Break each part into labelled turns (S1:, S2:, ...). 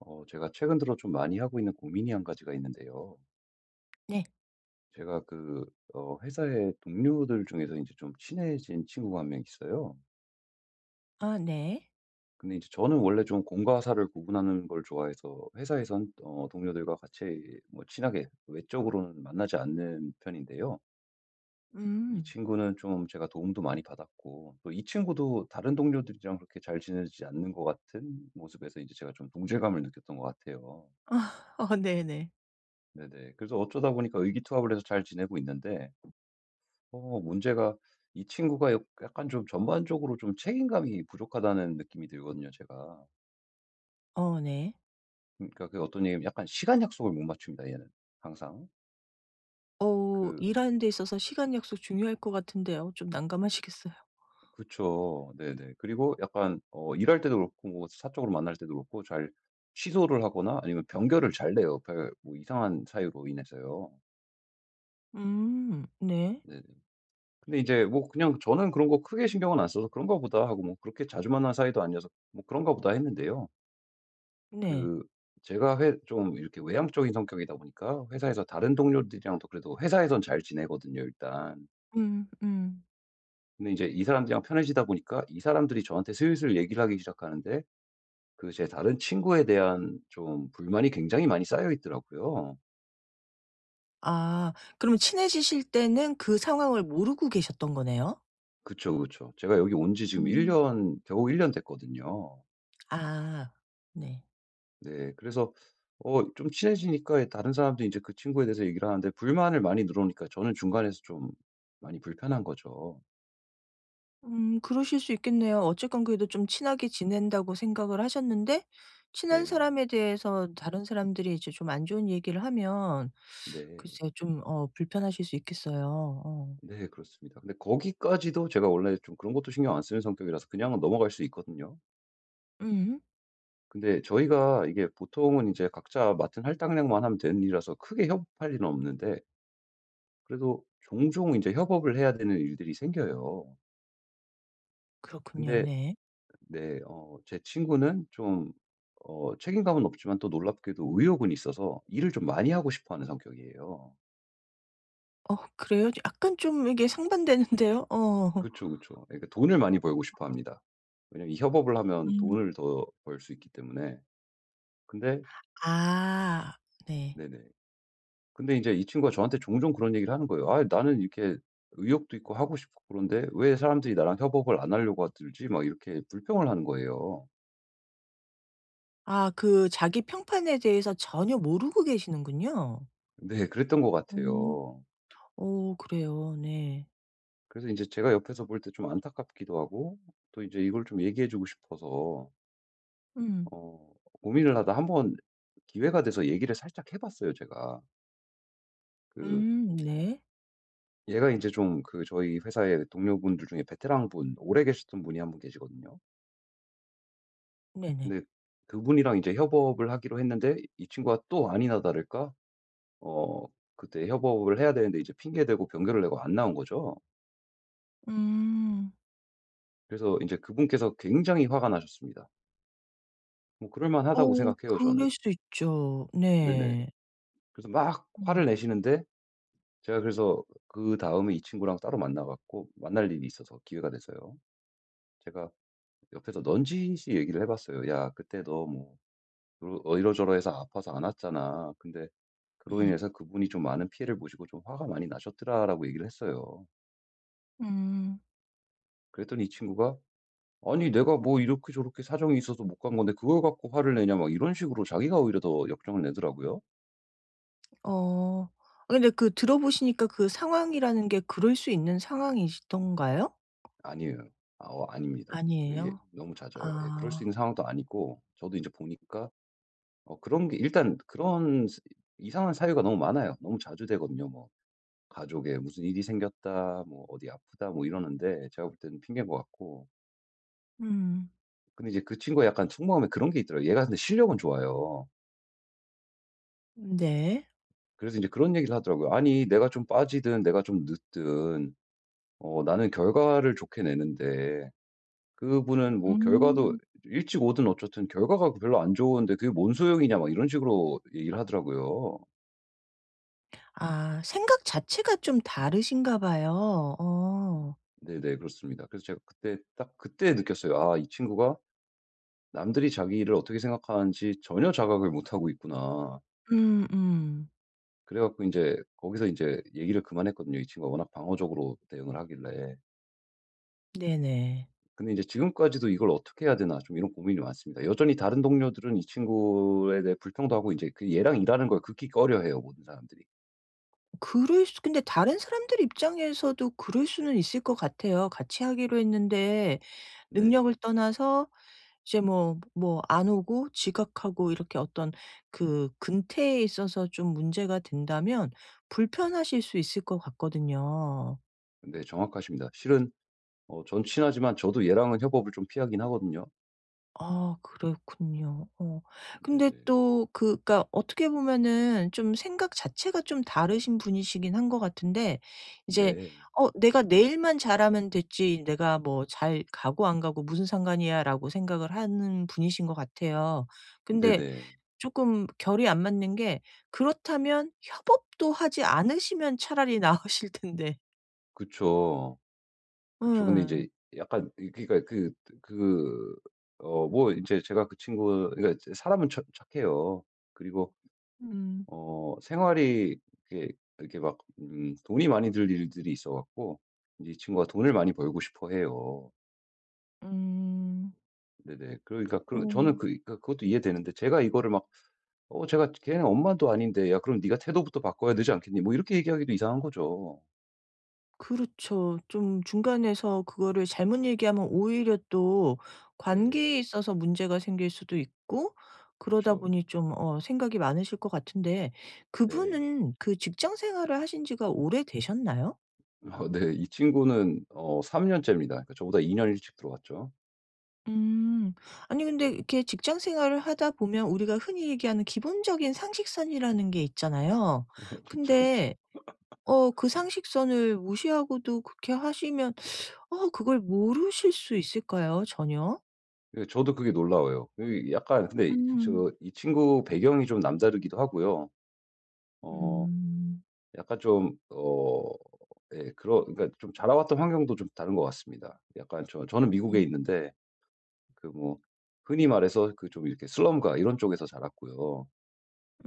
S1: 제가 최근 들어 좀 많이 하고 있는 고민이 한 가지가 있는데요.
S2: 네.
S1: 제가 회사의 동료들 중에서 이제 좀 친해진 친구가 한 명 있어요.
S2: 아 네.
S1: 근데 이제 저는 원래 좀 공과 사를 구분하는 걸 좋아해서 회사에선 동료들과 같이 뭐 친하게 외적으로는 만나지 않는 편인데요. 이
S2: 음.
S1: 친구는 좀 제가 도움도 많이 받았고, 또 이 친구도 다른 동료들이랑 그렇게 잘 지내지 않는 것 같은 모습에서 이제 제가 좀 동질감을 느꼈던 것 같아요.
S2: 아, 어 네네.
S1: 네네. 그래서 어쩌다 보니까 의기투합을 해서 잘 지내고 있는데, 문제가 이 친구가 약 약간 좀 전반적으로 좀 책임감이 부족하다는 느낌이 들거든요 제가.
S2: 어 네.
S1: 그러니까 그 어떤 얘기면 약간 시간 약속을 못 맞춥니다 얘는 항상.
S2: 어
S1: 그
S2: 일하는 데 있어서 시간 약속 중요할 것 같은데요. 좀 난감하시겠어요.
S1: 그쵸. 네네. 그리고 약간 일할 때도 그렇고 뭐 사적으로 만날 때도 그렇고 잘 취소를 하거나 아니면 변결을 잘 내요. 별 뭐 이상한 사유로 인해서요.
S2: 음. 네.
S1: 네네. 근데 이제 뭐 그냥 저는 그런 거 크게 신경은 안 써서 '그런가 보다.' 하고 뭐 그렇게 자주 만난 사이도 아니어서 뭐 '그런가 보다.' 했는데요.
S2: 네.
S1: 그 제가 회 좀 이렇게 외향적인 성격이다 보니까 회사에서 다른 동료들이랑도 그래도 회사에선 잘 지내거든요, 일단.
S2: 음 음.
S1: 근데 이제 이 사람들이랑 편해지다 보니까 이 사람들이 저한테 슬슬 얘기를 하기 시작하는데 제 다른 친구에 대한 좀 불만이 굉장히 많이 쌓여 있더라고요.
S2: 아 그러면 친해지실 때는 그 상황을 모르고 계셨던 거네요?
S1: 그쵸, 그쵸. 제가 여기 온 지 지금 1
S2: 음.
S1: 년 겨우 1년 됐거든요.
S2: 아. 네.
S1: 네. 그래서 좀 친해지니까 다른 사람들이 제 그 친구에 대해서 얘기를 하는데 불만을 많이 늘어놓으니까 저는 중간에서 좀 많이 불편한 거죠.
S2: 그러실 수 있겠네요. 어쨌건 그래도 좀 친하게 지낸다고 생각을 하셨는데 친한
S1: 네.
S2: 사람에 대해서 다른 사람들이 이제 좀 안 좋은 얘기를 하면
S1: 네.
S2: 글쎄요, 좀 불편하실 수 있겠어요. 어.
S1: 네, 그렇습니다. 근데 거기까지도 제가 원래 좀 그런 것도 신경 안 쓰는 성격이라서 그냥 넘어갈 수 있거든요.
S2: 음
S1: 근데 저희가 이게 보통은 이제 각자 맡은 할당량만 하면 되는 일이라서 크게 협업할 일은 없는데 그래도 종종 이제 협업을 해야 되는 일들이 생겨요.
S2: 그렇군요.
S1: 근데
S2: 네.
S1: 네, 제 친구는 좀 책임감은 없지만 또 놀랍게도 의욕은 있어서 일을 좀 많이 하고 싶어 하는 성격이에요.
S2: 어 그래요? 약간 좀 이게 상반되는데요. 어.
S1: 그쵸, 그쵸. 예, 그러니까 돈을 많이 벌고 싶어 합니다. 왜냐면 이 협업을 하면
S2: 음.
S1: 돈을 더 벌 수 있기 때문에. 근데.
S2: 아 네.
S1: 네네. 근데 이제 이 친구가 저한테 종종 그런 얘기를 하는 거예요. "아 나는 이렇게 의욕도 있고 하고 싶고 그런데 왜 사람들이 나랑 협업을 안 하려고 들지?" 막 이렇게 불평을 하는 거예요.
S2: 아, 그 자기 평판에 대해서 전혀 모르고 계시는군요.
S1: 네. 그랬던 것
S2: 음
S1: 같아요.
S2: 어 그래요. 네.
S1: 그래서 이제 제가 옆에서 볼 때 좀 안타깝기도 하고 또 이제 이걸 좀 얘기해 주고 싶어서
S2: 음.
S1: 어 고민을 하다 한번 기회가 돼서 얘기를 살짝 해 봤어요 제가. 그
S2: 네.
S1: 얘가 이제 좀 저희 회사의 동료분들 중에 베테랑분 오래 계셨던 분이 한 분 계시거든요.
S2: 네네.
S1: 근데 그분이랑 이제 협업을 하기로 했는데 이 친구가 또 아니나 다를까 어 그때 협업을 해야 되는데 이제 핑계 대고 변결을 내고 안 나온 거죠.
S2: 음.
S1: 그래서 이제 그분께서 굉장히 화가 나셨습니다. 뭐 그럴
S2: 어
S1: 만하다고 생각해요 저는.
S2: 그럴 수 있죠.
S1: 네네.
S2: 네.
S1: 그래서 막 화를
S2: 음.
S1: 내시는데 제가 그래서 그다음에 이 친구랑 따로 만나 갖고 만날 일이 있어서 기회가 돼서요. 제가 옆에서 넌지시 얘기를 해 봤어요. "야 그때 너 뭐 이러저러해서 아파서 안 왔잖아. 근데" 그로 인해서 그분이 좀 많은 피해를 보시고 좀 화가 많이 나셨더라라고 얘기를 했어요.
S2: 음.
S1: 그랬더니 이 친구가 아니 내가 뭐 이렇게 저렇게 사정이 있어서 못 간 건데 그걸 갖고 화를 내냐 막 이런 식으로 자기가 오히려 더 역정을 내더라고요.
S2: 어. 근데 그 들어 보시니까 그 상황이라는 게 그럴 수 있는 상황이시던가요?
S1: 아니에요. 아, 아닙니다. 이거 예,
S2: 아니에요.
S1: 너무 잦아요. 예, 그럴 수
S2: 아.
S1: 있는 상황도 아니고 저도 이제 보니까 그런 게 일단 이상한 사유가 너무 많아요. 너무 자주 되거든요. 뭐 가족에 무슨 일이 생겼다, 뭐 어디 아프다, 뭐 이러는데 제가 볼 때는 핑계인 것 같고.
S2: 음.
S1: 근데 이제 그 친구가 약간 속마음에 그런 게 있더라고요. 얘가 근데 실력은 좋아요.
S2: 네.
S1: 그래서 이제 그런 얘기를 하더라고요. "아니 내가 좀 빠지든 내가 좀 늦든 나는 결과를 좋게 내는데 그분은 뭐 결과도
S2: 음.
S1: 일찍 오든 어쨌든 결과가 별로 안 좋은데 그게 뭔 소용이냐." 막 이런 식으로 얘기를 하더라고요.
S2: 아 생각 자체가 좀 다르신가 봐요. 어.
S1: 네네, 그렇습니다. 그래서 제가 그때 딱 그때 느꼈어요. '아 이 친구가 남들이 자기 일을 어떻게 생각하는지 전혀 자각을 못하고 있구나.'
S2: 음 음.
S1: 그래 갖고 이제 거기서 이제 얘기를 그만했거든요. 이 친구가 워낙 방어적으로 대응을 하길래.
S2: 네네.
S1: 근데 이제 지금까지도 '이걸 어떻게 해야 되나.' 좀 이런 고민이 많습니다. 여전히 다른 동료들은 이 친구에 대해 불평도 하고 이제 그 얘랑 일하는 걸 극히 꺼려해요, 모든 사람들이.
S2: 그럴 수 근데 다른 사람들 입장에서도 그럴 수는 있을 것 같아요. 같이 하기로 했는데
S1: 네.
S2: 능력을 떠나서 이제 뭐 안 오고 지각하고 이렇게 어떤 그 근태에 있어서 좀 문제가 된다면 불편하실 수 있을 것 같거든요.
S1: 네, 정확하십니다. 실은 전 친하지만 저도 얘랑은 협업을 좀 피하긴 하거든요.
S2: 아 그렇군요. 어. 근데
S1: 네네.
S2: 또 그 그니까 어떻게 보면은 좀 생각 자체가 좀 다르신 분이시긴 한 것 같은데 이제
S1: 네.
S2: 내가 내일만 잘하면 됐지 내가 뭐 잘 가고 안 가고 무슨 상관이야.'라고 생각을 하는 분이신 것 같아요. 근데
S1: 네네.
S2: 조금 결이 안 맞는 게 그렇다면 협업도 하지 않으시면 차라리 나으실 텐데.
S1: 그쵸. 그쵸. 근데 이
S2: 예.
S1: 제 약간 이 그러니까 그 뭐 이제 제가 그 친구, 그러니까 사람은 착해요. 그리고
S2: 음.
S1: 생활이 이렇게 이렇게 막 돈이 많이 들 일들이 있어 갖고 이제 이 친구가 돈을 많이 벌고 싶어 해요.
S2: 음.
S1: 네네. 그러니까 저는
S2: 어
S1: 그러니까 그것도 이해되는데 제가 이거를 막 제가 걔는 엄마도 아닌데 야 그럼 네가 태도부터 바꿔야 되지 않겠니?" 뭐 이렇게 얘기하기도 이상한 거죠.
S2: 그렇죠. 좀 중간에서 그거를 잘못 얘기하면 오히려 또
S1: 네.
S2: 관계에 있어서 문제가 생길 수도 있고 그러다
S1: 그쵸.
S2: 보니 좀 생각이 많으실 것 같은데
S1: 네.
S2: 그분은 그 직장 생활을 하신 지가 오래되셨나요?
S1: 네. 이 친구는 3 년째입니다. 그러니까 저보다 2년 일찍 들어왔죠.
S2: 음. 아니 근데
S1: 음.
S2: 이렇게 직장 생활을 하다 보면 우리가 흔히 얘기하는 기본적인 상식선이라는 게 있잖아요.
S1: 그쵸, 그쵸.
S2: 근데 그 상식선을 무시하고도 그렇게 하시면 그걸 모르실 수 있을까요? 전혀?
S1: 예, 저도 그게 놀라워요. 이 약간 근데
S2: 음.
S1: 이 친구 배경이 좀 남다르기도 하고요. 어
S2: 음.
S1: 약간 좀 예, 그런 그러니까 좀 자라왔던 환경도 좀 다른 것 같습니다. 약간 저는 미국에
S2: 음.
S1: 있는데 뭐 흔히 말해서 좀 이렇게 슬럼가 이런 쪽에서 자랐고요.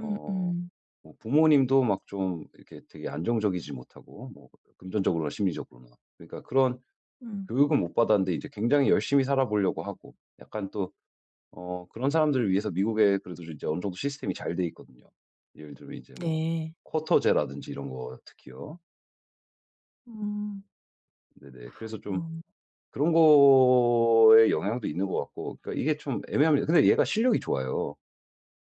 S1: 어 뭐 부모님도 막 좀 이렇게 되게 안정적이지 못하고 뭐 금전적으로나 심리적으로나 그러니까 그런
S2: 음.
S1: 교육은 못 받았는데 이제 굉장히 열심히 살아보려고 하고 약간 또 그런 사람들을 위해서 미국에 그래도 이제 어느 정도 시스템이 잘 돼 있거든요. 예를 들면 이제 뭐
S2: 네.
S1: 쿼터제라든지 이런 거 특히요.
S2: 음.
S1: 네네. 그래서 좀
S2: 어.
S1: 그런 거에 영향도 있는 것 같고 그러니까 이게 좀 애매합니다. 근데 얘가 실력이 좋아요.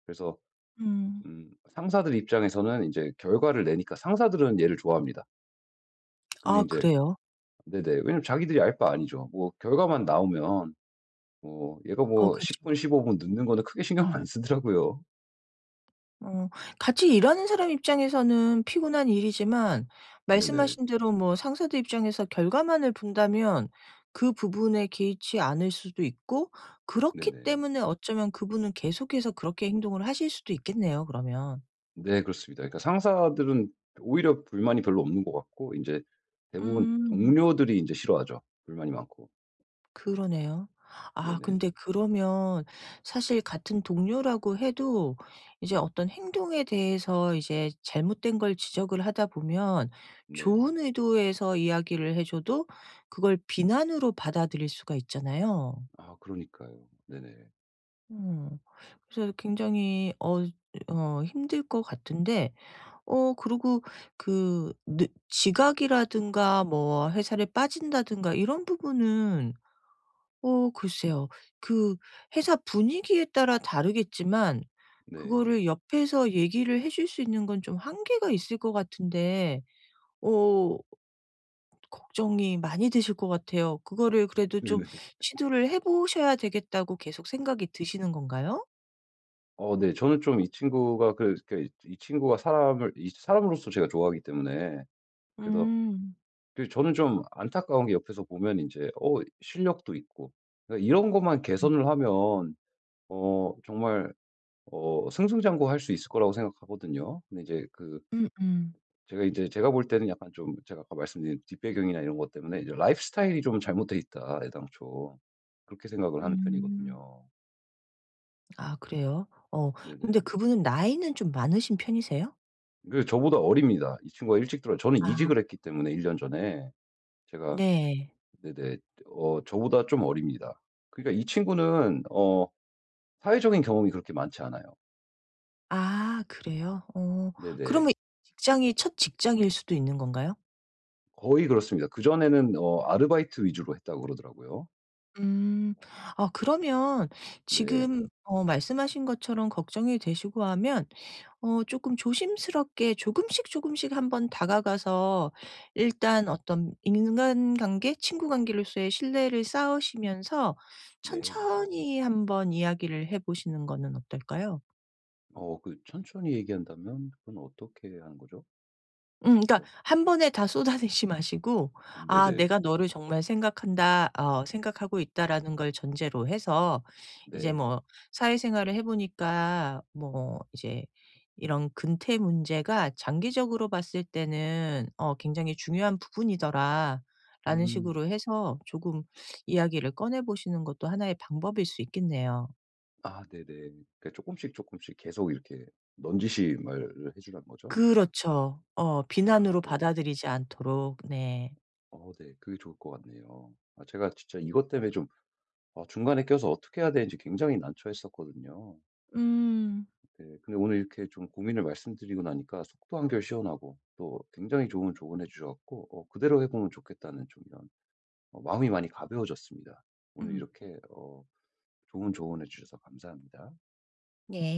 S1: 그래서
S2: 음.
S1: 상사들 입장에서는 이제 결과를 내니까 상사들은 얘를 좋아합니다. 근데
S2: 아
S1: 이제.
S2: 그래요?
S1: 네네. 왜냐면 자기들이 알바 아니죠. 뭐 결과만 나오면 뭐 얘가
S2: 어
S1: 뭐
S2: 그
S1: 10분
S2: 죠
S1: 15분 늦는 거는 크게 신경 안 쓰더라고요.
S2: 어 같이 일하는 사람 입장에서는 피곤한 일이지만
S1: 네네.
S2: 말씀하신 대로 뭐 상사들 입장에서 결과만을 본다면 그 부분에 개의치 않을 수도 있고 그렇기
S1: 네네.
S2: 때문에 어쩌면 그분은 계속해서 그렇게 행동을 하실 수도 있겠네요 그러면.
S1: 네, 그렇습니다. 그러니까 상사들은 오히려 불만이 별로 없는 것 같고 이제 대부분
S2: 음.
S1: 동료들이 이제 싫어하죠, 불만이 많고.
S2: 그러네요. 아
S1: 네네.
S2: 근데 그러면 사실 같은 동료라고 해도 이제 어떤 행동에 대해서 이제 잘못된 걸 지적을 하다 보면
S1: 네.
S2: 좋은 의도에서 이야기를 해 줘도 그걸 비난으로 받아들일 수가 있잖아요.
S1: 아, 그러니까요. 네네.
S2: 음. 그래서 굉장히 힘들 것 같은데 그리고 그 느 지각이라든가 뭐 회사를 빠진다든가 이런 부분은 어 글쎄요. 그 회사 분위기에 따라 다르겠지만
S1: 네.
S2: 그거를 옆에서 얘기를 해줄 수 있는 건 좀 한계가 있을 것 같은데 어 걱정이 많이 되실 것 같아요. 그거를 그래도 좀
S1: 네네.
S2: 시도를 해 보셔야 되겠다고 계속 생각이 드시는 건가요?
S1: 네. 저는 좀 이 친구가 사람을 이 사람으로서 제가 좋아하기 때문에 그래서
S2: 음.
S1: 저는 좀 안타까운 게 옆에서 보면 이제 실력도 있고 그러니까 이런 것만
S2: 음.
S1: 개선을 하면 정말 승승장구할 수 있을 거라고 생각하거든요. 근데 이제
S2: 음음.
S1: 제가 볼 때는 약간 좀 제가 아까 말씀드린 뒷배경이나 이런 것 때문에 이제 '라이프 스타일이 좀 잘못돼 있다 애당초.' 그렇게 생각을 하는
S2: 음.
S1: 편이거든요.
S2: 아 그래요? 어 근데
S1: 네네.
S2: 그분은 나이는 좀 많으신 편이세요?
S1: 저보다 어립니다. 이 친구가 일찍 들어 저는
S2: 아
S1: 이직을 했기 때문에 1년 전에 제가.
S2: 네.
S1: 네네. 저보다 좀 어립니다. 그러니까 이 친구는 사회적인 경험이 그렇게 많지 않아요.
S2: 아 그래요? 어
S1: 네네.
S2: 그러면 직장이 첫 직장일 수도 있는 건가요?
S1: 거의 그렇습니다. 그전에는 아르바이트 위주로 했다고 그러더라고요.
S2: 음. 아 그러면
S1: 네.
S2: 지금 말씀하신 것처럼 걱정이 되시고 하면 어 쪼끔 조심스럽게 조금씩 조금씩 한번 다가가서 일단 어떤 인간관계, 친구 관계로서의 신뢰를 쌓으시면서
S1: 네.
S2: 천천히 한번 이야기를 해 보시는 거는 어떨까요?
S1: 천천히 얘기한다면 그건 어떻게 하는 거죠?
S2: 그러니까
S1: 그러니까.
S2: 한 번에 다 쏟아내지 마시고 '아
S1: 네네.
S2: 내가 너를 정말 생각한다. 생각하고 있다.'라는 걸 전제로 해서 이제
S1: 네.
S2: 뭐 사회생활을 해 보니까 뭐 이제 이런 근태 문제가 '장기적으로 봤을 때는 굉장히 중요한 부분이더라.'라는
S1: 음.
S2: 식으로 해서 조금 이야기를 꺼내 보시는 것도 하나의 방법일 수 있겠네요.
S1: 아, 네네. 그러니까 씩조금씩 계속 이렇게 넌지시 말을 해 주라는 거죠?
S2: 그렇죠. 어
S1: 아,
S2: 비난으로
S1: 네네.
S2: 받아들이지 않도록. 네.
S1: 네. 그게 좋을 것 같네요. 아, 제가 진짜 이것 때문에 좀. 아, 중간에 껴서 어떻게 해야 되는지 굉장히 난처했었거든요.
S2: 음.
S1: 네. 근데 오늘 이렇게 좀 고민을 말씀드리고 나니까 속도 한결 시원하고 또 굉장히 좋은 조언해 주셔 갖고 그대로 해 보면 좋겠다는 좀 이런 마음이 많이 가벼워졌습니다. 오늘
S2: 음.
S1: 이렇게 좋은 조언해 주셔서 감사합니다.